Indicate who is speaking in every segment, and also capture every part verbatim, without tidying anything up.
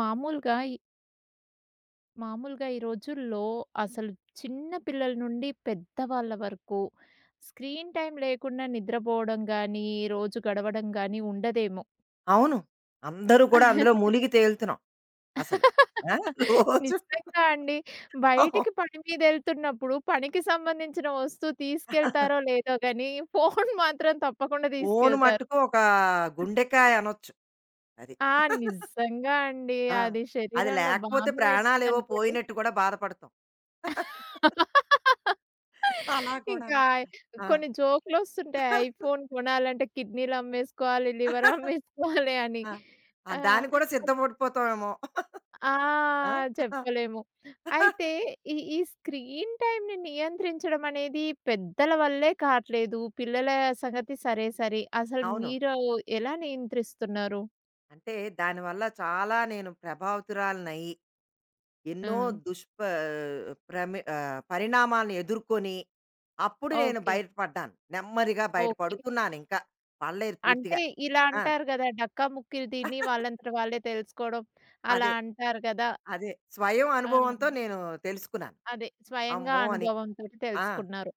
Speaker 1: మామూలుగా ఈ మామూలుగా ఈ రోజుల్లో అసలు చిన్న పిల్లల నుండి పెద్దవాళ్ళ వరకు స్క్రీన్ టైం లేకుండా నిద్రపోవడం గానీ, రోజు గడవడం గానీ ఉండదేమో.
Speaker 2: అవును. అందరూ కూడా అందులో మునిగి తేలుతున్నాం అసలు. ఆ! రోజు
Speaker 1: నిజంగా అండి. బయటికి
Speaker 2: అవును.
Speaker 1: పని మీదెళ్తున్నప్పుడు పనికి సంబంధించిన వస్తువు తీసుకెళ్తారో లేదో గానీ, ఫోను మాత్రం తప్పకుండా
Speaker 2: ఫోను
Speaker 1: తీసుకెళ్తారు.
Speaker 2: మట్టుకు ఒక గుండెకాయ అనొచ్చు అది.
Speaker 1: ఆ! నిజంగా అండి.
Speaker 2: ఆ!
Speaker 1: అది
Speaker 2: అది
Speaker 1: శరీరంలో
Speaker 2: లేకపోతే
Speaker 1: భాగం
Speaker 2: ప్రాణాలేవో
Speaker 1: అయిపోయిందనుకోండి.
Speaker 2: పోయినట్టు కూడా బాధపడతాం. అలా
Speaker 1: ఇంకా
Speaker 2: కూడాను. ఆ!
Speaker 1: కొన్ని జోకులొస్తుంటాయి. ఐఫోన్ కొనాలంటే కిడ్నీలు అమ్మేసుకోవాలి, లివర్ అమ్మేసుకోవాలి అని.
Speaker 2: ఆ! ఆ!
Speaker 1: ఆ!
Speaker 2: దానికి కూడా సిద్ధపడిపోతామేమో.
Speaker 1: ఆ!
Speaker 2: ఆ!
Speaker 1: చెప్పలేము. అయితే ఈ ఈ స్క్రీన్ టైమ్‌ని నియంత్రించడం అనేది పెద్దల వల్లే కాట్లేదు. పిల్లల సంగతి సరే సరి. అసలు
Speaker 2: అవును.
Speaker 1: మీరు ఎలా నియంత్రిస్తున్నారు?
Speaker 2: అంటే దానివల్ల చాలా నేను ప్రభావితురాలినయ్యి ఎన్నో
Speaker 1: హ్మ్.
Speaker 2: దుష్ప ప్రమి ఆహ్, పరిణామాలను ఎదుర్కొని, అప్పుడు నేను
Speaker 1: ఓకే.
Speaker 2: బయటపడ్డాను. నెమ్మదిగా
Speaker 1: ఓకే.
Speaker 2: బయటపడుతున్నానింకా. పడలేదు
Speaker 1: అంటే
Speaker 2: పూర్తిగా.
Speaker 1: ఇలా
Speaker 2: ఆ!
Speaker 1: అంటారు గదా! డక్కా ముక్కీదిని వాళ్ళంతట వాళ్ళే తెలుసుకోవడం అలా
Speaker 2: అదే.
Speaker 1: అంటారు గదా!
Speaker 2: అదే. స్వయం
Speaker 1: ఆ!
Speaker 2: అనుభవంతో నేను తెలుసుకున్నాను.
Speaker 1: అదే స్వయంగా
Speaker 2: అమ్మో! అని.
Speaker 1: అనుభవంతోటి
Speaker 2: ఆ!
Speaker 1: తెలుసుకున్నారు.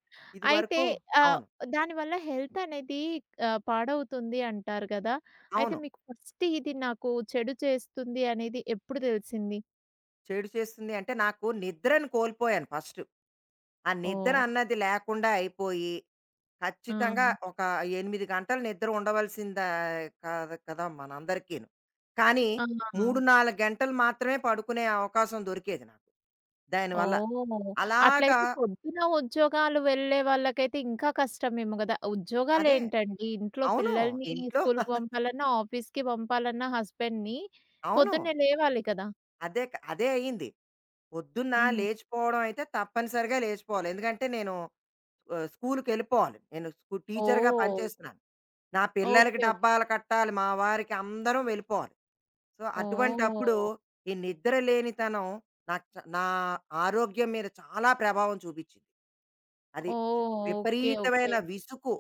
Speaker 1: అయితే
Speaker 2: ఇదివరకు
Speaker 1: ఆహ్,
Speaker 2: అవును.
Speaker 1: దానివల్ల హెల్త్ అనేది ఆహ్, పాడవుతుంది అంటారు గదా! అయితే
Speaker 2: అవును.
Speaker 1: మీకు ఫస్ట్ ఇది నాకు చెడు చేస్తుంది అనేది ఎప్పుడు తెలిసింది?
Speaker 2: చెడు చేస్తుంది అంటే నాకు నిద్రను కోల్పోయాను ఫస్టు. ఆ నిద్ర
Speaker 1: ఓహ్!
Speaker 2: అన్నది లేకుండా అయిపోయి
Speaker 1: ఆ!
Speaker 2: ఖచ్చితంగా ఒక ఎనిమిది గంటలు నిద్ర ఉండవలసిందా కాదు కదా మనందరికీను. కానీ
Speaker 1: ఆ!
Speaker 2: మూడు, నాలుగు గంటలు మాత్రమే పడుకునే అవకాశం దొరికేది నాకు. దానివల్ల
Speaker 1: ఓహ్!
Speaker 2: అలాగా
Speaker 1: అట్లయితే పొద్దున ఉద్యోగాలు వెళ్ళే వాళ్ళకైతే ఇంకా కష్టమేమో గదా!
Speaker 2: అదే.
Speaker 1: ఉద్యోగాలేంటండి ఇంట్లో
Speaker 2: అవును.
Speaker 1: పిల్లల్ని
Speaker 2: ఇంట్లో
Speaker 1: స్కూలుకి పంపాలన్నా, ఆఫీస్‌కి పంపాలన్నా హస్బెండ్‌ని
Speaker 2: అవును.
Speaker 1: పొద్దున్నే లేవాలి కదా!
Speaker 2: అదే క అదే అయింది. పొద్దున్న
Speaker 1: హ్మ్.
Speaker 2: లేచిపోవడం అయితే తప్పనిసరిగా లేచిపోవాలి. ఎందుకంటే నేను ఆహ్, స్కూలుకెళ్ళిపోవాలి. నేను స్కూ టీచర్‌గా
Speaker 1: ఓహ్!
Speaker 2: పనిచేస్తున్నాను. నా పిల్లలకి
Speaker 1: ఓకే. ఓకే.
Speaker 2: డబ్బాలు కట్టాలి. మా వారికి అందరం వెళ్ళిపోవాలి. సో, అటువంటప్పుడు
Speaker 1: ఓహ్!
Speaker 2: ఈ నిద్ర లేనితనం నా చ నా ఆరోగ్యం మీద చాలా ప్రభావం చూపిచ్చింది. అది చ్
Speaker 1: ఓహ్! ఓకే. ఓకే.
Speaker 2: విపరీతమైన విసుకు,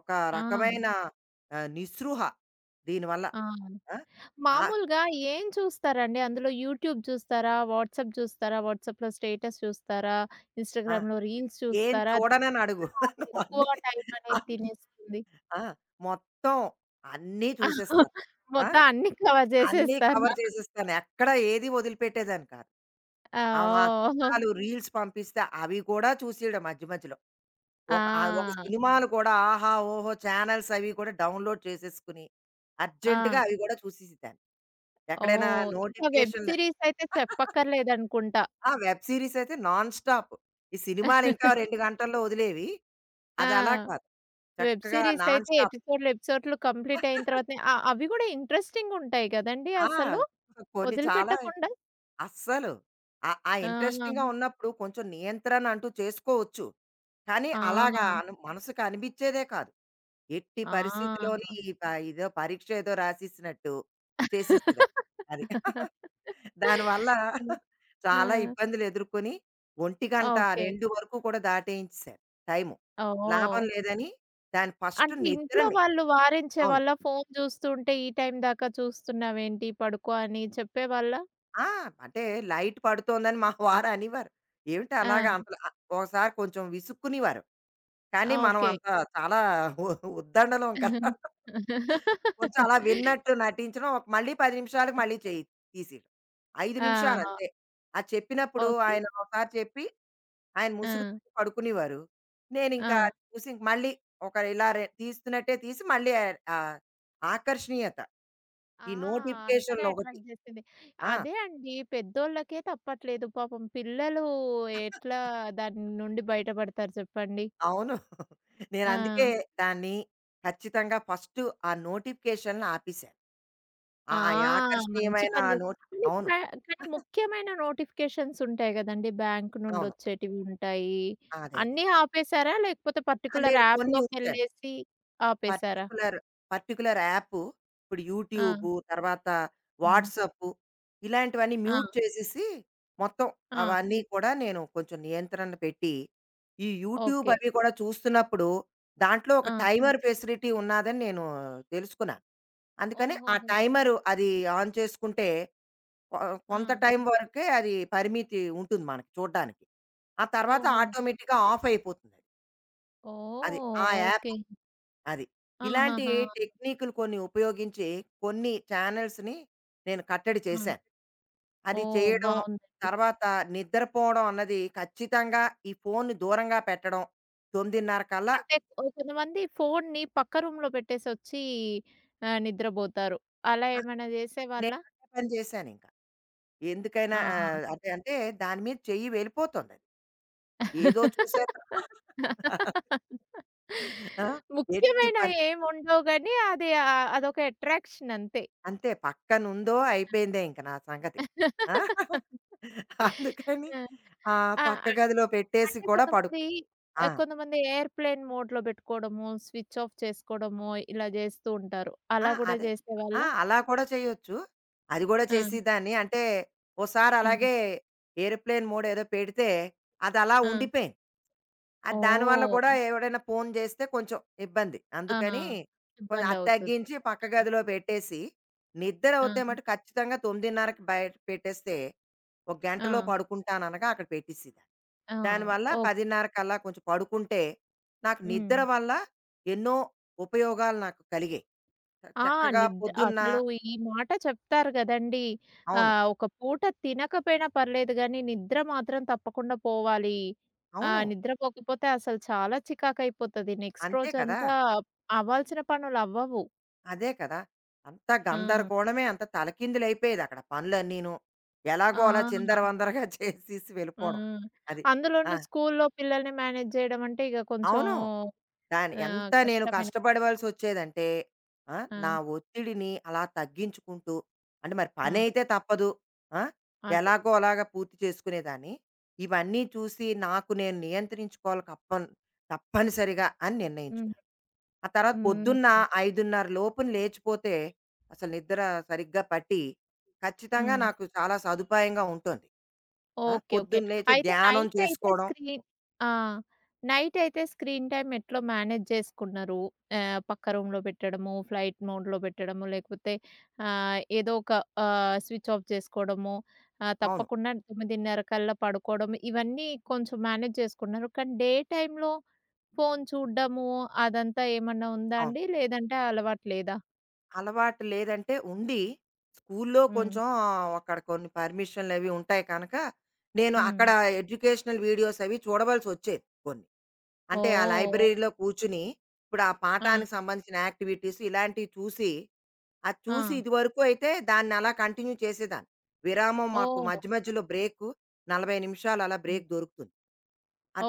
Speaker 2: ఒక
Speaker 1: ఆ!
Speaker 2: రకమైన ఆహ్, నిస్పృహ దీనివల్ల.
Speaker 1: ఆ!
Speaker 2: ఆ! ఆ!
Speaker 1: మామూలుగా ఏం చూస్తారండి? అందులో యూట్యూబ్ చూస్తారా? వాట్సాప్ చూస్తారా? వాట్సాప్‌లో స్టేటస్ చూస్తారా?
Speaker 2: ఆ!
Speaker 1: ఇన్‌స్టాగ్రామ్‌లో రీల్స్
Speaker 2: ఏం
Speaker 1: చూస్తారా?
Speaker 2: చూడనని అడుగు.
Speaker 1: ఎక్కువ
Speaker 2: నువ్వన్నీ
Speaker 1: టైం అనేది తినేస్తుంది.
Speaker 2: ఆ! మొత్తం అన్నీ చూసేస్తాను నేను. ఆ!
Speaker 1: మొత్తం అన్నీ కవర్
Speaker 2: అన్నీ
Speaker 1: చేసేస్తారు.
Speaker 2: కవర్ చేసేస్తాను. ఎక్కడ ఏది వదిలిపెట్టేదాన్ని కాదు.
Speaker 1: ఆ!
Speaker 2: ఆ! మా
Speaker 1: ఓహ్!
Speaker 2: చుట్టాలు రీల్స్ పంపిస్తే అవి కూడా చూసేయడం మధ్య మధ్యలో. ఒక ఆ ఒక
Speaker 1: ఆ!
Speaker 2: సినిమాలు కూడా ఆహా! ఓహో! చానెల్స్ అవి కూడా డౌన్‌లోడ్ చేసేసుకొని, అర్జెంట్‌గా
Speaker 1: ఆ!
Speaker 2: అవి గూడా చూసేసేదాన్ని. ఎక్కడైనా
Speaker 1: ఓహ్! ఇంకా వెబ్
Speaker 2: నోటిఫికేషన్
Speaker 1: సీరీస్ అయితే చెప్పక్కర్లేదనుకుంటా.
Speaker 2: ఆ! వెబ్ సీరీస్ అయితే నాన్ స్టాప్. ఈ సినిమాలు ఇంకా రెండు గంటల్లో వదిలేవి.
Speaker 1: ఆ!
Speaker 2: అది అలా కాదు.
Speaker 1: వెబ్
Speaker 2: చక్కగా
Speaker 1: సీరీస్
Speaker 2: నాన్
Speaker 1: అయితే
Speaker 2: స్టాప్.
Speaker 1: ఎపిసోడ్‌లు, ఎపిసోడ్‌లు కంప్లీట్ అయిన తర్వాతనే అ అవి కూడా ఇంట్రెస్టింగ్ ఉంటాయి గదండీ
Speaker 2: ఆ!
Speaker 1: అసలు.
Speaker 2: కొన్ని చాలా
Speaker 1: వదిలిపెట్టకుండా.
Speaker 2: అస్సలు ఆ ఆ
Speaker 1: ఆ!
Speaker 2: ఇంట్రెస్టింగ్‌గా ఉన్నప్పుడు కొంచెం నియంత్రణ అంటూ చేసుకోవచ్చు. కానీ అలాగా
Speaker 1: ఆ!
Speaker 2: అను మనసుకు అనిపిచ్చేదే కాదు. ఎట్టి
Speaker 1: ఆ!
Speaker 2: పరిస్థితిలోని ఈ ప ఇదో పరీక్ష ఏదో రాసేసినట్టు చేసేసేదాన్ని. అది. దానివల్ల
Speaker 1: ఆ!
Speaker 2: చాలా
Speaker 1: ఆ!
Speaker 2: ఇబ్బందులు ఎదుర్కొని, ఒంటిగంట
Speaker 1: ఓకే.
Speaker 2: రెండు వరకు కూడా దాటేయించేశారు టైము.
Speaker 1: ఓహ్!
Speaker 2: లాభం లేదని దాని ఫస్ట్
Speaker 1: అంటే ఇంట్లో
Speaker 2: నిద్రని
Speaker 1: వాళ్ళు
Speaker 2: అవును.
Speaker 1: వారించేవాళ్ళా? ఫోను జూస్తూ ఉంటే ఈ టైం దాకా చూస్తున్నావేంటి పడుకో అని చెప్పేవాళ్ళా?
Speaker 2: ఆ! అంటే లైట్ పడుతోందని మా వారు అనేవారు. "ఏమిటి
Speaker 1: ఆ!
Speaker 2: అలాగా అంతలా" ఒకసారి కొంచెం విసుక్కునేవారు.
Speaker 1: ఆ!
Speaker 2: కానీ మనం
Speaker 1: ఓకే.
Speaker 2: అంత చాలా ఉ ఉద్దండలం కదా! కొంచెం అలా విన్నట్టు నటించడం ఒక మళ్ళీ పది నిమిషాలకి మళ్ళీ చేయి తీసేయడం. అయిదు
Speaker 1: ఆ!
Speaker 2: నిమిషాలంతే. అది చెప్పినప్పుడు
Speaker 1: ఓకే.
Speaker 2: ఆయన ఒకసారి చెప్పి ఆయన
Speaker 1: ఆ!
Speaker 2: ముసుగు తీసి పడుకునేవారు.
Speaker 1: ఆ!
Speaker 2: నేనింకా అది చూసి ఇంక మళ్ళీ ఒక ఇలా రె తీస్తున్నట్టే తీసి మళ్ళీ ఆహ్, ఆకర్షణీయత
Speaker 1: ఆ!
Speaker 2: ఈ
Speaker 1: అంతగా
Speaker 2: నోటిఫికేషన్‌లు ఒకటి.
Speaker 1: అట్రాక్ట్ జేసింది.
Speaker 2: ఆ!
Speaker 1: అదే అండి పెద్దోళ్ళకే తప్పట్లేదు. పాపం పిల్లలు ఎట్లా దాని నుండి బయటపడతారు జెప్పండి.
Speaker 2: అవును.
Speaker 1: ఆ!
Speaker 2: నేనందుకే దాన్ని ఖచ్చితంగా ఫస్ట్ ఆ నోటిఫికేషన్‌లని ఆపేశాను.
Speaker 1: ఆ!
Speaker 2: ఆ
Speaker 1: మంచి
Speaker 2: ఆకర్షణీయమైన
Speaker 1: పని
Speaker 2: ఆ
Speaker 1: జేస్
Speaker 2: నోట్
Speaker 1: అంటే క
Speaker 2: అవును.
Speaker 1: కానీ ముఖ్యమైన నోటిఫికేషన్స్ ఉంటాయి గదండీ! బ్యాంక్
Speaker 2: అవును.
Speaker 1: నుండొచ్చేటివి ఉంటాయి.
Speaker 2: అదే. అదే.
Speaker 1: అన్నీ ఆపేసారా? లేకపోతే
Speaker 2: ఆ!
Speaker 1: పర్టిక్యులర్
Speaker 2: లేదు కొన్ని ఉంచాను.
Speaker 1: యాప్‌లోకెళ్ళేసి ఆపేసారా?
Speaker 2: పర్టిక్యులర్, పర్టిక్యులర్ యాప్ ఇప్పుడు
Speaker 1: ఆ!
Speaker 2: యూట్యూబు, తర్వాత
Speaker 1: హ్మ్.
Speaker 2: వాట్సాపు ఇలాంటివన్నీ
Speaker 1: ఆ!
Speaker 2: మ్యూట్ చేసేసి మొత్తం
Speaker 1: ఆ!
Speaker 2: అవన్నీ కూడా నేను కొంచెం నియంత్రణ పెట్టి, ఈ యూట్యూబ్
Speaker 1: ఓకే.
Speaker 2: అవి కూడా చూస్తున్నప్పుడు దాంట్లో ఒక
Speaker 1: ఆ!
Speaker 2: టైమర్ ఫెసిలిటీ ఉన్నాదని నేను తెలుసుకున్నాను. అందుకని ఆ
Speaker 1: ఓహోహో!
Speaker 2: టైమరు అది ఆన్ చేసుకుంటే కొ
Speaker 1: ఆ!
Speaker 2: కొంత టైం వరకే అది పరిమితి ఉంటుంది మనకి చూడ్డానికి. ఆ తర్వాత
Speaker 1: ఓహో!
Speaker 2: ఆటోమేటిక్‌గా ఆఫ్ అయిపోతుందది. అది. అది ఆ
Speaker 1: ఓహ్!
Speaker 2: App
Speaker 1: okay.
Speaker 2: అది. ఇలాంటి
Speaker 1: ఆహాహా!
Speaker 2: టెక్నిక్‌లు కొన్ని ఉపయోగించి కొన్ని ఛానెల్స్‌ని నేను కట్టడి
Speaker 1: ఆ!
Speaker 2: చేశాను. అది
Speaker 1: ఓహ్!
Speaker 2: చేయడం,
Speaker 1: బావుందండి.
Speaker 2: తర్వాత నిద్రపోవడం అన్నది ఖచ్చితంగా ఈ ఫోన్‌ని దూరంగా పెట్టడం. తొమ్మిదిన్నర కల్లా
Speaker 1: అంటే ఓ కొంతమంది ఫోన్ని పక్క రూమ్‌లో పెట్టేసొచ్చి ఆహ్, నిద్రబోతారు. అలా ఏమైనా
Speaker 2: నేను
Speaker 1: జేసేవాళ్ళా?
Speaker 2: అదే పని చేశానింక. ఎందుకైనా
Speaker 1: ఆ! ఆ!
Speaker 2: ఆహ్, అదే అంటే దాని మీద చెయ్యి వెళ్ళిపోతుందది. ఏదో చూసాక ఆ! ఎట్టి పరి
Speaker 1: ముఖ్యమైనవి ఏముండవు గానీ అది ఆహ్, అదొక అట్రాక్షన్ అంతే.
Speaker 2: అంతే పక్కనుందో అయిపోయిందే ఇంక నా సంగతి. ఆ! అందుకని
Speaker 1: ఆ!
Speaker 2: ఆ
Speaker 1: ఆ!
Speaker 2: పక్క
Speaker 1: అ
Speaker 2: గదిలో పెట్టేసి
Speaker 1: అంటే
Speaker 2: కూడా పడుకు
Speaker 1: కొంతమంది
Speaker 2: ఆ!
Speaker 1: ఆహ్, కొంతమంది ఎయిర్‌ప్లేన్ మోడ్‌లో పెట్టుకోవడము, స్విచ్ ఆఫ్ చేసుకోవడము ఇలా చేస్తూ ఉంటారు.
Speaker 2: ఆ!
Speaker 1: అలా కూడా
Speaker 2: అదే. ఆ!
Speaker 1: చేసేవాళ్ళా?
Speaker 2: అలా కూడా చేయొచ్చు. అది గూడా
Speaker 1: ఆ!
Speaker 2: చేసేదాన్ని. అంటే, ఓసారి
Speaker 1: ఆ!
Speaker 2: అలాగే ఏరోప్లేన్ మోడ్ ఏదో పెడితే, అదలా
Speaker 1: ఆ!
Speaker 2: ఉండిపోయింది. అది దానివల్ల
Speaker 1: ఓహ్!
Speaker 2: కూడా ఎవడైనా ఫోను జేస్తే కొంచెం ఇబ్బంది.
Speaker 1: ఆ!
Speaker 2: అందుకని కొంచెం అది
Speaker 1: ఇబ్బందవుతుంది.
Speaker 2: తగ్గించి పక్క
Speaker 1: ఆ!
Speaker 2: గదిలో పెట్టేసి, నిద్ర
Speaker 1: ఆ!
Speaker 2: అవుతే మటు ఖచ్చితంగా 9:30కి బయట పెట్టేస్తే, ఒక గంటలో
Speaker 1: ఆ!
Speaker 2: పడుకుంటాననగా అక్కడ పెట్టేసేదాన్ని.
Speaker 1: ఆ!
Speaker 2: దానివల్ల
Speaker 1: ఓకే.
Speaker 2: పదిన్నర కల్లా కొంచెం పడుకుంటే, నాకు
Speaker 1: హ్మ్.
Speaker 2: నిద్ర వల్ల ఎన్నో ఉపయోగాలు నాకు కలిగాయి. చ
Speaker 1: ఆ!
Speaker 2: చక్కగా
Speaker 1: నిద్ర
Speaker 2: పొద్దున్న
Speaker 1: అసలు ఈ మాట చెప్తారు గదండీ!
Speaker 2: అవును.
Speaker 1: ఆహ్, ఒక పూట తినకపోయినా పర్లేదు గానీ, నిద్ర మాత్రం తప్పకుండా పోవాలి.
Speaker 2: అవును.
Speaker 1: ఆహ్, నిద్రపోకపోతే అసలు చాలా చికాకైపోతది. నెక్స్ట్
Speaker 2: అంతే కదా!
Speaker 1: రోజంతా అవ్వాల్సిన పనులవ్వవు.
Speaker 2: అదే కదా! అంతా
Speaker 1: ఆ!
Speaker 2: గందరగోళమే. అంత తలకిందులైపోయేదక్కడ పనులన్నీను. ఎలాగో అలా
Speaker 1: ఆ!
Speaker 2: చిందరవందరగా చేసేసి వెళ్ళిపోవడం.
Speaker 1: హ్మ్.
Speaker 2: అది. ఆ!
Speaker 1: అందులోనూ స్కూల్లో పిల్లల్ని మేనేజ్ జేయడం అంటే ఇగ కొంచెం
Speaker 2: అవును. దాని
Speaker 1: ఆహ్,
Speaker 2: ఎంత నేను
Speaker 1: కష్టమైన పని.
Speaker 2: కష్టపడవలసొచ్చేదంటే, ఆ!
Speaker 1: ఆ!
Speaker 2: నా ఒత్తిడిని అలా తగ్గించుకుంటూ అంటే మరి
Speaker 1: ఆ!
Speaker 2: పనైతే తప్పదు. ఆ!
Speaker 1: అదే.
Speaker 2: ఎలాగో అలాగా పూర్తి చేసుకునేదాన్ని. ఇవన్నీ చూసి నాకు నేను నియంత్రించుకోవాలి కప్పన్ తప్పనిసరిగా అని
Speaker 1: హ్మ్.
Speaker 2: నిర్ణయించుకున్నాను. ఆ తర్వాత
Speaker 1: హ్మ్.
Speaker 2: పొద్దున్న అయిదున్నర లోపున లేచిపోతే అసలు నిద్ర సరిగ్గా పట్టి, ఖచ్చితంగా
Speaker 1: హ్మ్.
Speaker 2: నాకు చాలా సదుపాయంగా ఉంటుంది. ఆ!
Speaker 1: ఓకే. ఓకే.
Speaker 2: పొద్దున్న లేచి
Speaker 1: అయితే
Speaker 2: ధ్యానం
Speaker 1: నైట్ అయితే
Speaker 2: చేసుకోవడం
Speaker 1: స్క్రీన్ ఆ! నైట్ అయితే స్క్రీన్ టైమ్ ఎట్లా మేనేజ్ చేసుకున్నారు? ఆహ్, పక్క రూమ్‌లో పెట్టడము, ఫ్లైట్ మోడ్‌లో పెట్టడము, లేకపోతే ఆహ్, ఏదో ఒక ఆహ్, స్విచ్ ఆఫ్ చేసుకోవడము, ఆహ్,
Speaker 2: అవును.
Speaker 1: తప్పకుండా తొమ్మిదిన్నర కల్లా పడుకోవడం ఇవన్నీ కొంచెం మేనేజ్ చేసుకున్నారు. కానీ డే టైమ్‌లో ఫోను చూడ్డము అదంతా ఏమన్నా ఉందా
Speaker 2: అవును.
Speaker 1: అండి? లేదంటే అలవాటు లేదా?
Speaker 2: అలవాటు లేదంటే ఉండి, స్కూల్లో
Speaker 1: హ్మ్.
Speaker 2: కొంచెం అక్కడ కొన్ని పర్మిషన్‌లు అవి ఉంటాయి కనుక, నేను
Speaker 1: హ్మ్.
Speaker 2: అక్కడ ఎడ్యుకేషనల్ వీడియోస్ అవి చూడవలసొచ్చేది కొన్ని. అంటే ఆ
Speaker 1: ఓహ్!
Speaker 2: లైబ్రరీలో
Speaker 1: ఓకే.
Speaker 2: కూర్చొని, ఇప్పుడు ఆ
Speaker 1: ఆ!
Speaker 2: పాఠానికి సంబంధించిన యాక్టివిటీస్ ఇలాంటివి చూసి, అది
Speaker 1: ఆ!
Speaker 2: చూసి ఇదివరకు అయితే దాన్ని అలా కంటిన్యూ చేసేదాన్ని. విరామం మాకు
Speaker 1: ఓహ్!
Speaker 2: మధ్య మధ్యలో బ్రేకు నలభై నిమిషాలు అలా బ్రేక్ దొరుకుతుంది.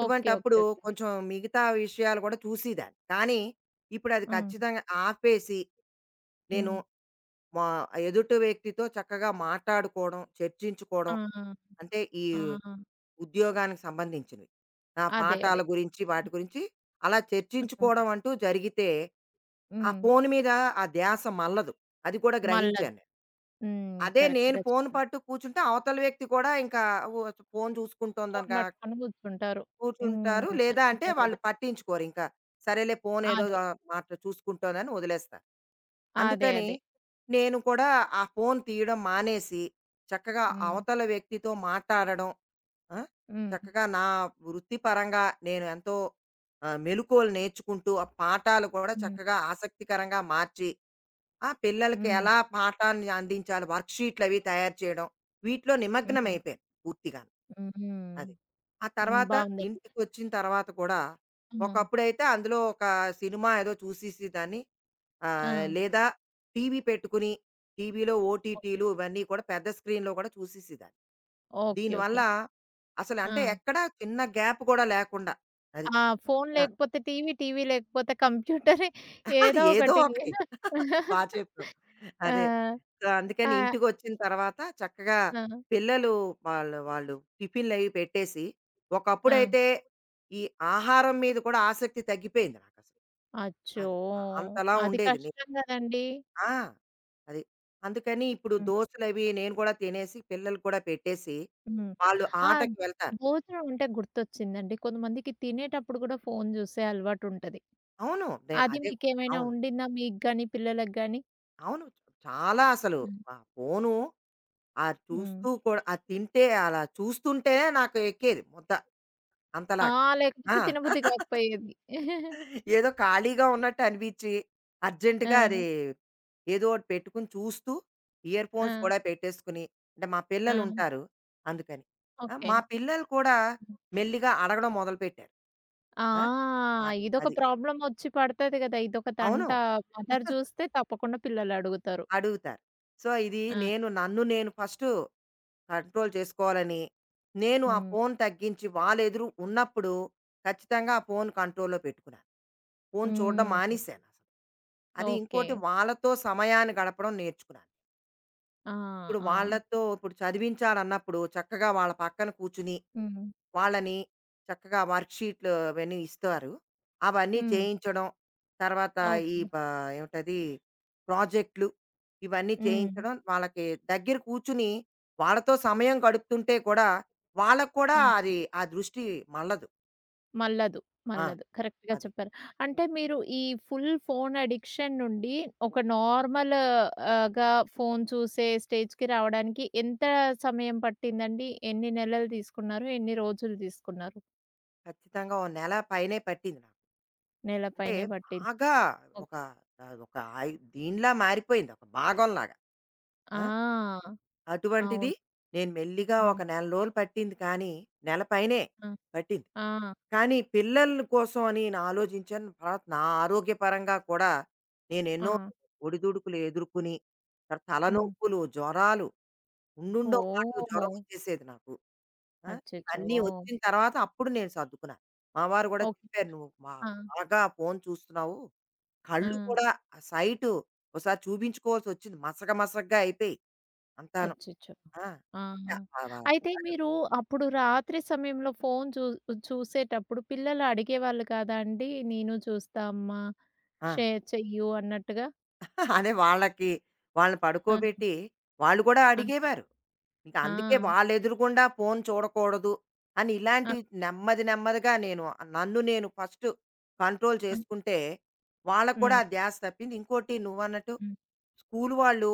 Speaker 1: ఓకే. ఓకే. ఓకే.
Speaker 2: కొంచెం మిగతా విషయాలు కూడా చూసేదాన్ని. కానీ, ఇప్పుడు అది
Speaker 1: హ్మ్.
Speaker 2: ఖచ్చితంగా ఆపేసి నేను
Speaker 1: హ్మ్.
Speaker 2: మా ఎదుటి వ్యక్తితో చక్కగా మాట్లాడుకోవడం,
Speaker 1: ఆ!
Speaker 2: చర్చించుకోవడం. అంటే ఈ
Speaker 1: ఆ!
Speaker 2: ఉద్యోగానికి సంబంధించినవి. నా
Speaker 1: అదే.
Speaker 2: పాఠాల
Speaker 1: అదే.
Speaker 2: గురించి, వాటి
Speaker 1: హ్మ్.
Speaker 2: గురించి అలా
Speaker 1: హ్మ్.
Speaker 2: చర్చించుకోవడం అంటూ జరిగితే, ఆ
Speaker 1: హ్మ్.
Speaker 2: ఫోను మీద ఆ ధ్యాస మళ్ళదు. అది కూడా
Speaker 1: మళ్ళది.
Speaker 2: గ్రహించాను.
Speaker 1: హ్మ్.
Speaker 2: అదే నేను
Speaker 1: కరెక్ట్‌గా
Speaker 2: ఫోను
Speaker 1: చెప్పారు.
Speaker 2: పట్టు కూర్చుంటే అవతల వ్యక్తి కూడా ఇంకా ఓ ఫోను
Speaker 1: ఫోను
Speaker 2: చూసుకుంటోందనగా
Speaker 1: పట్టుకొని కూర్చుంటారు.
Speaker 2: కూర్చుంటారు.
Speaker 1: హ్మ్.
Speaker 2: లేదా అంటే
Speaker 1: అదే
Speaker 2: వాళ్ళు
Speaker 1: కదా!
Speaker 2: పట్టించుకోరు ఇంకా. సరేలే ఫోనేదో
Speaker 1: అదే.
Speaker 2: ఆహ్, మాట చూసుకుంటోందని వదిలేస్తారు.
Speaker 1: అదే.
Speaker 2: అందుకని
Speaker 1: అదే.
Speaker 2: నేను కూడా ఆ ఫోను తీయడం మానేసి, చక్కగా
Speaker 1: హ్మ్.
Speaker 2: అవతల వ్యక్తితో మాట్లాడడం. ఆ!
Speaker 1: హ్మ్.
Speaker 2: చక్కగా నా వృత్తిపరంగా నేను ఎంతో ఆహ్, మెలుకువలు నేర్చుకుంటూ, ఆ పాఠాలు కూడా
Speaker 1: హ్మ్.
Speaker 2: చక్కగా ఆసక్తికరంగా మార్చి ఆ! పిల్లలకి
Speaker 1: హ్మ్.
Speaker 2: ఎలా పాఠాన్ని అందించాలి, వర్క్‌షీట్లు అవి తయారు చేయడం, వీటిలో
Speaker 1: హ్మ్.
Speaker 2: నిమగ్నమైపోయాను పూర్తిగాను.
Speaker 1: హ్మ్.
Speaker 2: అది. ఆ
Speaker 1: హ్మ్.
Speaker 2: తర్వాత
Speaker 1: బావుందండి.
Speaker 2: ఇంటికొచ్చిన తర్వాత కూడా,
Speaker 1: హ్మ్.
Speaker 2: ఒకప్పుడైతే అందులో ఒక సినిమా ఏదో చూసేసేదాన్ని.
Speaker 1: ఆ!
Speaker 2: ఆహ్, లేదా టీవీ పెట్టుకుని, టీవీలో
Speaker 1: ఓకే.
Speaker 2: ఓటీటీలు ఇవన్నీ కూడా పెద్ద స్క్రీన్‌లో కూడా చూసేసేదాన్ని.
Speaker 1: ఓకే.
Speaker 2: దీనివల్ల
Speaker 1: ఓకే. ఆ!
Speaker 2: అసలంటే ఎక్కడా చిన్న గ్యాప్ కూడా లేకుండా. అది.
Speaker 1: ఆ ఫోను
Speaker 2: ఆ!
Speaker 1: లేకపోతే టీవీ, టీవీ లేకపోతే కంప్యూటరే ఏదో
Speaker 2: ఏదో
Speaker 1: ఒకటి.
Speaker 2: ఒకటి. బా చెప్పావు.
Speaker 1: ఆ!
Speaker 2: అదే. సో, అందుకని
Speaker 1: ఆ!
Speaker 2: ఇంటికొచ్చిన తర్వాత చక్కగా
Speaker 1: ఆ!
Speaker 2: పిల్లలు వాళ్ళు, వాళ్ళు టిఫిన్‌లవి పెట్టేసి,
Speaker 1: ఆ!
Speaker 2: ఒకప్పుడైతే ఈ ఆహారం మీద కూడా ఆసక్తి తగ్గిపోయింది నాకసలు.
Speaker 1: అచ్చో!
Speaker 2: అది. అ అంతలా
Speaker 1: అది
Speaker 2: ఉండేది. నే
Speaker 1: కష్టం గదండీ!
Speaker 2: ఆ! అది. అందుకని ఇప్పుడు
Speaker 1: హ్మ్.
Speaker 2: దోసలవి నేను కూడా తినేసి, పిల్లలకి కూడా పెట్టేసి,
Speaker 1: హ్మ్.
Speaker 2: వాళ్ళు
Speaker 1: ఆ!
Speaker 2: ఆటకి వెళ్తారు.
Speaker 1: భోజనం అంటే గుర్తొచ్చిందండి. కొంతమందికి తినేటప్పుడు గూడా ఫోను జూసే అలవాటుంటది.
Speaker 2: అవును. నేను
Speaker 1: అది
Speaker 2: అదే
Speaker 1: మీకేమైనా
Speaker 2: అవును.
Speaker 1: ఉండిందా మీకు గాని, పిల్లలకి గాని?
Speaker 2: అవును. చాలా అసలు
Speaker 1: హ్మ్.
Speaker 2: ఆ ఫోను ఆ
Speaker 1: హ్మ్.
Speaker 2: చూస్తూ కూడా అది తింటే అలా చూస్తుంటేనే నాకు ఎక్కేది ముద్ద
Speaker 1: ఆ!
Speaker 2: అంతలాగా. ఆ!
Speaker 1: లేకపోతే తినబుద్ధి గాకపోయేది.
Speaker 2: ఏదో ఖాళీగా ఉన్నట్టు అనిపిచ్చి, అర్జెంట్‌గా
Speaker 1: ఆ!
Speaker 2: అది ఏదో ఒకటి పెట్టుకొని చూస్తూ, ఇయర్ ఫోన్స్
Speaker 1: ఆ!
Speaker 2: కూడా పెట్టేసుకుని అంటే మా
Speaker 1: ఆ!
Speaker 2: పిల్లలుంటారు అందుకని. ఆ!
Speaker 1: ఓకే.
Speaker 2: మా పిల్లలు కూడా
Speaker 1: హ్మ్.
Speaker 2: మెల్లిగా అడగడం మొదలుపెట్టారు.
Speaker 1: ఆ!
Speaker 2: ఆ! అది.
Speaker 1: ఇదొక
Speaker 2: అది.
Speaker 1: ప్రాబ్లమొచ్చి పడతది గదా! ఇదొక
Speaker 2: అవును.
Speaker 1: తంట. మదర్ జూస్తే తప్పకుండా పిల్లలడుగుతారు.
Speaker 2: అడుగుతారు. సో, ఇది
Speaker 1: ఆ!
Speaker 2: నేను నన్ను నేను ఫస్టు కంట్రోల్ చేసుకోవాలని, నేను ఆ
Speaker 1: హ్మ్.
Speaker 2: ఫోను తగ్గించి వాళ్ళెదురు ఉన్నప్పుడు ఖచ్చితంగా ఆ ఫోను కంట్రోల్‌లో పెట్టుకున్నాను. ఫోను చూడడం
Speaker 1: హ్మ్.
Speaker 2: మానేశానసలు. అది
Speaker 1: ఓకే.
Speaker 2: ఇంకోటి వాళ్ళతో సమయాన్ని గడపడం నేర్చుకున్నాను.
Speaker 1: ఆ!
Speaker 2: ఇప్పుడు
Speaker 1: ఆ!
Speaker 2: వాళ్ళతో ఇప్పుడు చదివించాలన్నప్పుడు చక్కగా వాళ్ళ పక్కన కూర్చుని
Speaker 1: హ్మ్.
Speaker 2: వాళ్ళని చక్కగా వర్క్షీట్లు అవన్నీ ఇస్తారు. అవన్నీ
Speaker 1: హ్మ్.
Speaker 2: చేయించడం, తర్వాత ఈ
Speaker 1: ఓకే.
Speaker 2: ప ఏమిటది ప్రాజెక్ట్‌లు ఇవన్నీ
Speaker 1: హ్మ్.
Speaker 2: చేయించడం, వాళ్ళకి దగ్గర కూర్చుని వాళ్ళతో సమయం గడుపుతుంటే కూడా, వాళ్ళకి కూడా
Speaker 1: ఆ!
Speaker 2: అది ఆ దృష్టి మళ్ళదు.
Speaker 1: మళ్ళదు.
Speaker 2: ఆ!
Speaker 1: మళ్ళదు. కరెక్ట్‌గా
Speaker 2: అది.
Speaker 1: చెప్పారు. అంటే మీరు ఈ ఫుల్ ఫోన్ అడిక్షన్ నుండి ఒక నార్మల్ ఆహ్,గా ఫోన్ చూసే స్టేజ్‌కి రావడానికి ఎంత సమయం పట్టిందండి? ఎన్ని నెలలు తీసుకున్నారు? ఎన్ని రోజులు తీసుకున్నారు?
Speaker 2: ఖచ్చితంగా ఓ నెల పైనే పట్టింది నాకు.
Speaker 1: నెల
Speaker 2: అంటే
Speaker 1: పైనే పట్టింది.
Speaker 2: బాగా
Speaker 1: ఓహ్!
Speaker 2: ఒక ఆహ్, ఒక ఐ దీనిలా మారిపోయింది. ఒక భాగంలాగా. ఆ!
Speaker 1: ఆ!
Speaker 2: అటువంటిది
Speaker 1: అవును.
Speaker 2: నేను మెల్లిగా ఒక
Speaker 1: హ్మ్.
Speaker 2: నెల రోజులు పట్టింది కానీ, నెల పైనే
Speaker 1: ఆ!
Speaker 2: పట్టింది.
Speaker 1: ఆ!
Speaker 2: కానీ పిల్లల కోసం అని నేను ఆలోచించాను. తర్వాత నా ఆరోగ్యపరంగా కూడా
Speaker 1: ఆ!
Speaker 2: నేనెన్నో ఒడిదుడుకులు ఎదుర్కొని, తర్వాత
Speaker 1: హ్మ్.
Speaker 2: తలనొప్పులు, జ్వరాలు, ఉండుండో మాటో జ్వరం
Speaker 1: ఓహ్!
Speaker 2: వచ్చేసేది నాకు. ఆ!
Speaker 1: అచ్చచ్చో!
Speaker 2: ఇవన్నీ వచ్చిన తర్వాత అప్పుడు నేను సర్దుకున్నాను. మా వారు కూడా
Speaker 1: ఓకే.
Speaker 2: చెప్పారు, "నువ్వు మా
Speaker 1: ఆ!
Speaker 2: బాగా ఫోను చూస్తున్నావు.
Speaker 1: ఆ!
Speaker 2: కళ్ళు కూడా ఆ సైటు ఒకసారి చూపించుకోవాల్సొచ్చింది మసక మసకగా అయిపోయాయి అంతాను."
Speaker 1: అచ్చచ్చో!
Speaker 2: ఆ!
Speaker 1: ఆహా!
Speaker 2: ఆ! వ
Speaker 1: అయితే మీరు అప్పుడు రాత్రి సమయంలో ఫోను చూ చూసేటప్పుడు పిల్లలు అడిగేవాళ్ళు కాదా అండి? నేను చూస్తా అమ్మా,
Speaker 2: ఆ!
Speaker 1: షేర్ చెయ్యు అన్నట్టుగా?
Speaker 2: అదే వాళ్ళకి వాళ్ళని
Speaker 1: ఆ!
Speaker 2: పడుకోబెట్టి వాళ్ళు కూడా
Speaker 1: ఆ!
Speaker 2: అడిగేవారు. ఇంక అందుకే
Speaker 1: ఆ!
Speaker 2: వాళ్ళెదురుగుండా ఫోను చూడకూడదు అని
Speaker 1: ఆ!
Speaker 2: ఇలాంటివి నెమ్మది నెమ్మదిగా నేను నన్ను నేను ఫస్ట్ కంట్రోల్
Speaker 1: ఆ!
Speaker 2: చేసుకుంటే, వాళ్ళకి కూడా
Speaker 1: హ్మ్.
Speaker 2: ఆ ధ్యాస తప్పింది. ఇంకోటి నువ్వన్నట్టు
Speaker 1: హ్మ్.
Speaker 2: స్కూలు వాళ్ళు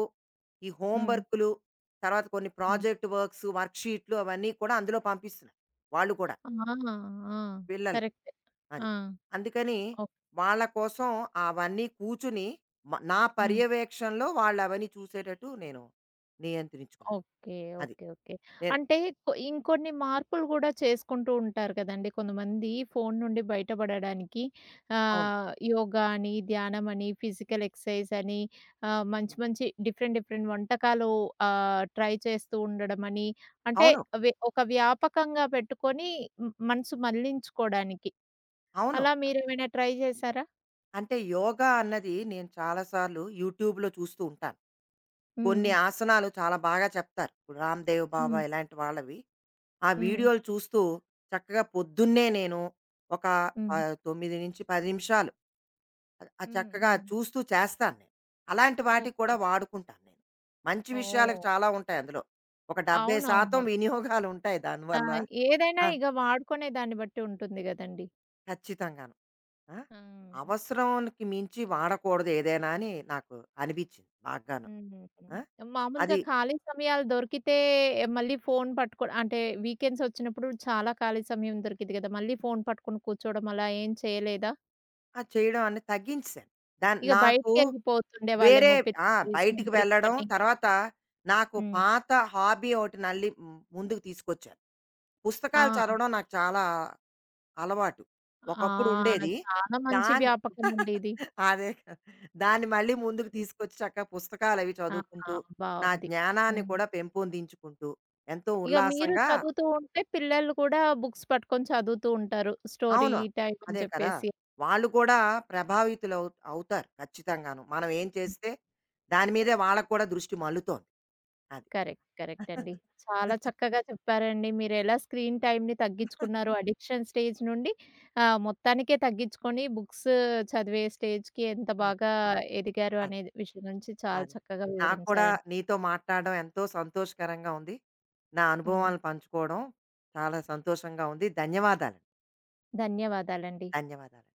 Speaker 2: ఈ హోమ్
Speaker 1: హ్మ్.
Speaker 2: వర్కులు, తర్వాత కొన్ని
Speaker 1: హ్మ్.
Speaker 2: ప్రాజెక్ట్ వర్క్స్, వర్క్ షీట్లు అవన్నీ కూడా అందులో పంపిస్తున్నారు. వాళ్ళు కూడా
Speaker 1: ఆ! ఆ!
Speaker 2: పిల్లలకి.
Speaker 1: కరెక్టే.
Speaker 2: అది.
Speaker 1: ఆ!
Speaker 2: అందుకని
Speaker 1: ఓకే.
Speaker 2: వాళ్ళ కోసం అవన్నీ కూర్చుని మ నా
Speaker 1: హ్మ్.
Speaker 2: పర్యవేక్షణలో వాళ్ళవన్నీ చూసేటట్టు నేను నియంత్రించుకున్నాను.
Speaker 1: ఓకే.
Speaker 2: అది.
Speaker 1: ఓకే. ఓకే.
Speaker 2: నేను
Speaker 1: అంటే కొ ఇంకొన్ని మార్పులు గూడా చేసుకుంటూ ఉంటారు కదండీ! కొంతమంది ఫోను నుండి బయటపడడానికి
Speaker 2: అవును.
Speaker 1: ఆహ్, యోగా అని, ధ్యానం అని, ఫిజికల్ ఎక్సర్‌సైజ్ అని ఆహ్, మంచి మంచి డిఫరెంట్ డిఫరెంట్ వంటకాలు ఆహ్, ట్రై చేస్తూ ఉండడం అని అంటే
Speaker 2: అవును.
Speaker 1: వె ఒక వ్యాపకంగా పెట్టుకొని మ్ మనసు మళ్లించుకోడానికి.
Speaker 2: అవును.
Speaker 1: అలా మీరేమైనా ట్రై చేశారా?
Speaker 2: అంటే యోగా అన్నది నేను చాలా సార్లు యూట్యూబ్‌లో చూస్తూ ఉంటాను. కొన్ని
Speaker 1: హ్మ్.
Speaker 2: ఆసనాలు చాలా బాగా చెప్తారు. ఇప్పుడు రామ్‌దేవ్ బాబా
Speaker 1: హ్మ్.
Speaker 2: ఇలాంటి వాళ్ళవి. ఆ
Speaker 1: హ్మ్.
Speaker 2: వీడియోలు చూస్తూ చక్కగా పొద్దున్నే నేను ఒక
Speaker 1: హ్మ్.
Speaker 2: ఆహ్, తొమ్మిది పది నిమిషాలు అది- ఆ
Speaker 1: హ్మ్.
Speaker 2: చక్కగా
Speaker 1: హ్మ్.
Speaker 2: చూస్తూ చేస్తాను నేను. అలాంటి వాటికి కూడా
Speaker 1: ఓకే.
Speaker 2: వాడుకుంటాను నేను. మంచి విషయాలకు
Speaker 1: ఓహ్!
Speaker 2: చాలా ఉంటాయి అందులో. ఒక డెబ్భై శాతం
Speaker 1: అవునవునవును.
Speaker 2: వినియోగాలుంటాయి
Speaker 1: ఆ!
Speaker 2: దానివల్ల.
Speaker 1: ఏదైనా
Speaker 2: ఆ!
Speaker 1: ఇగ వాడుకునే దాన్ని బట్టి ఉంటుంది గదండీ.
Speaker 2: ఖచ్చితంగాను. ఆ!
Speaker 1: ఆ!
Speaker 2: అవసరానికి మించి వాడకూడదు ఏదైనా అని నాకు అనిపించింది బాగాను.
Speaker 1: హ్మ్.
Speaker 2: ఆ!
Speaker 1: మామూలుగా
Speaker 2: అది
Speaker 1: ఖాళీ సమయాలు దొరికితే ఏ, మళ్ళీ ఫోను పట్టుకో అంటే వీకెండ్స్ వచ్చినప్పుడు చాలా ఖాళీ సమయం దొరికిద్ది గదా! మళ్ళీ ఫోను పట్టుకొని కూర్చోవడం అలా ఏం చేయలేదా?
Speaker 2: ఆ! చేయడం అనేది తగ్గించేశాను. దాన్
Speaker 1: ఇగ
Speaker 2: నాకు వేరే
Speaker 1: బయటికెళ్ళిపోతుండేవాళ్ళేమో
Speaker 2: ఆ!
Speaker 1: పిల్లల్ని తీసుకొని
Speaker 2: బయటికి
Speaker 1: ట్రిప్
Speaker 2: వెళ్ళడం,
Speaker 1: అని.
Speaker 2: తర్వాత నాకు
Speaker 1: హ్మ్.
Speaker 2: పాత హాబీ ఒకటి నల్లి మ్, ముందుకు తీసుకొచ్చాను.
Speaker 1: ఆ!
Speaker 2: పుస్తకాలు చదవడం నాకు చాలా అలవాటు.
Speaker 1: ఆ!
Speaker 2: ఒకప్పుడు ఉండేది.
Speaker 1: చాలా మంచి
Speaker 2: దాన్ని
Speaker 1: వ్యాపకం అండి ఇది.
Speaker 2: అదే కదా! దాన్ని మళ్ళీ ముందుకు
Speaker 1: అవును.
Speaker 2: తీసుకొచ్చి చక్కగా పుస్తకాలవి
Speaker 1: ఆ!
Speaker 2: చదువుకుంటూ, నా
Speaker 1: బావుంది.
Speaker 2: జ్ఞానాన్ని
Speaker 1: హ్మ్.
Speaker 2: కూడా పెంపొందించుకుంటూ, ఎంతో
Speaker 1: ఇక మీరు
Speaker 2: ఉల్లాసంగా
Speaker 1: చదువుతూ ఉంటే పిల్లలు కూడా బుక్స్ పట్టుకొని చదువుతూ ఉంటారు. స్టోరీ
Speaker 2: అవును.
Speaker 1: టైమ్ అని
Speaker 2: అదే కదా!
Speaker 1: చెప్పేసి.
Speaker 2: వాళ్ళు కూడా ప్రభావితులవు అవుతారు ఖచ్చితంగాను. మనం ఏం చేస్తే దాని మీదే వాళ్ళకి కూడా దృష్టి మళ్ళుతోంది. అది.
Speaker 1: కరెక్ట్. కరెక్ట్ అండి. చాలా చక్కగా చెప్పారండి. మీరెలా స్క్రీన్ టైమ్‌ని తగ్గించుకున్నారు. అడిక్షన్ స్టేజ్ నుండి ఆహ్, మొత్తానికే తగ్గించుకొని బుక్స్ చదివే స్టేజ్‌కి ఎంత
Speaker 2: అది.
Speaker 1: బాగా ఎదిగారు అనే విషయం గురించి చాలా
Speaker 2: అదే.
Speaker 1: చక్కగా
Speaker 2: నాకు కూడా
Speaker 1: వివరించారండి.
Speaker 2: నీతో మాట్లాడడం ఎంతో సంతోషకరంగా ఉంది. నా
Speaker 1: హ్మ్.
Speaker 2: అనుభవాలను పంచుకోవడం చాలా సంతోషంగా ఉంది. ధన్యవాదాలు.
Speaker 1: ధన్యవాదాలండి.
Speaker 2: ధన్యవాదాలు.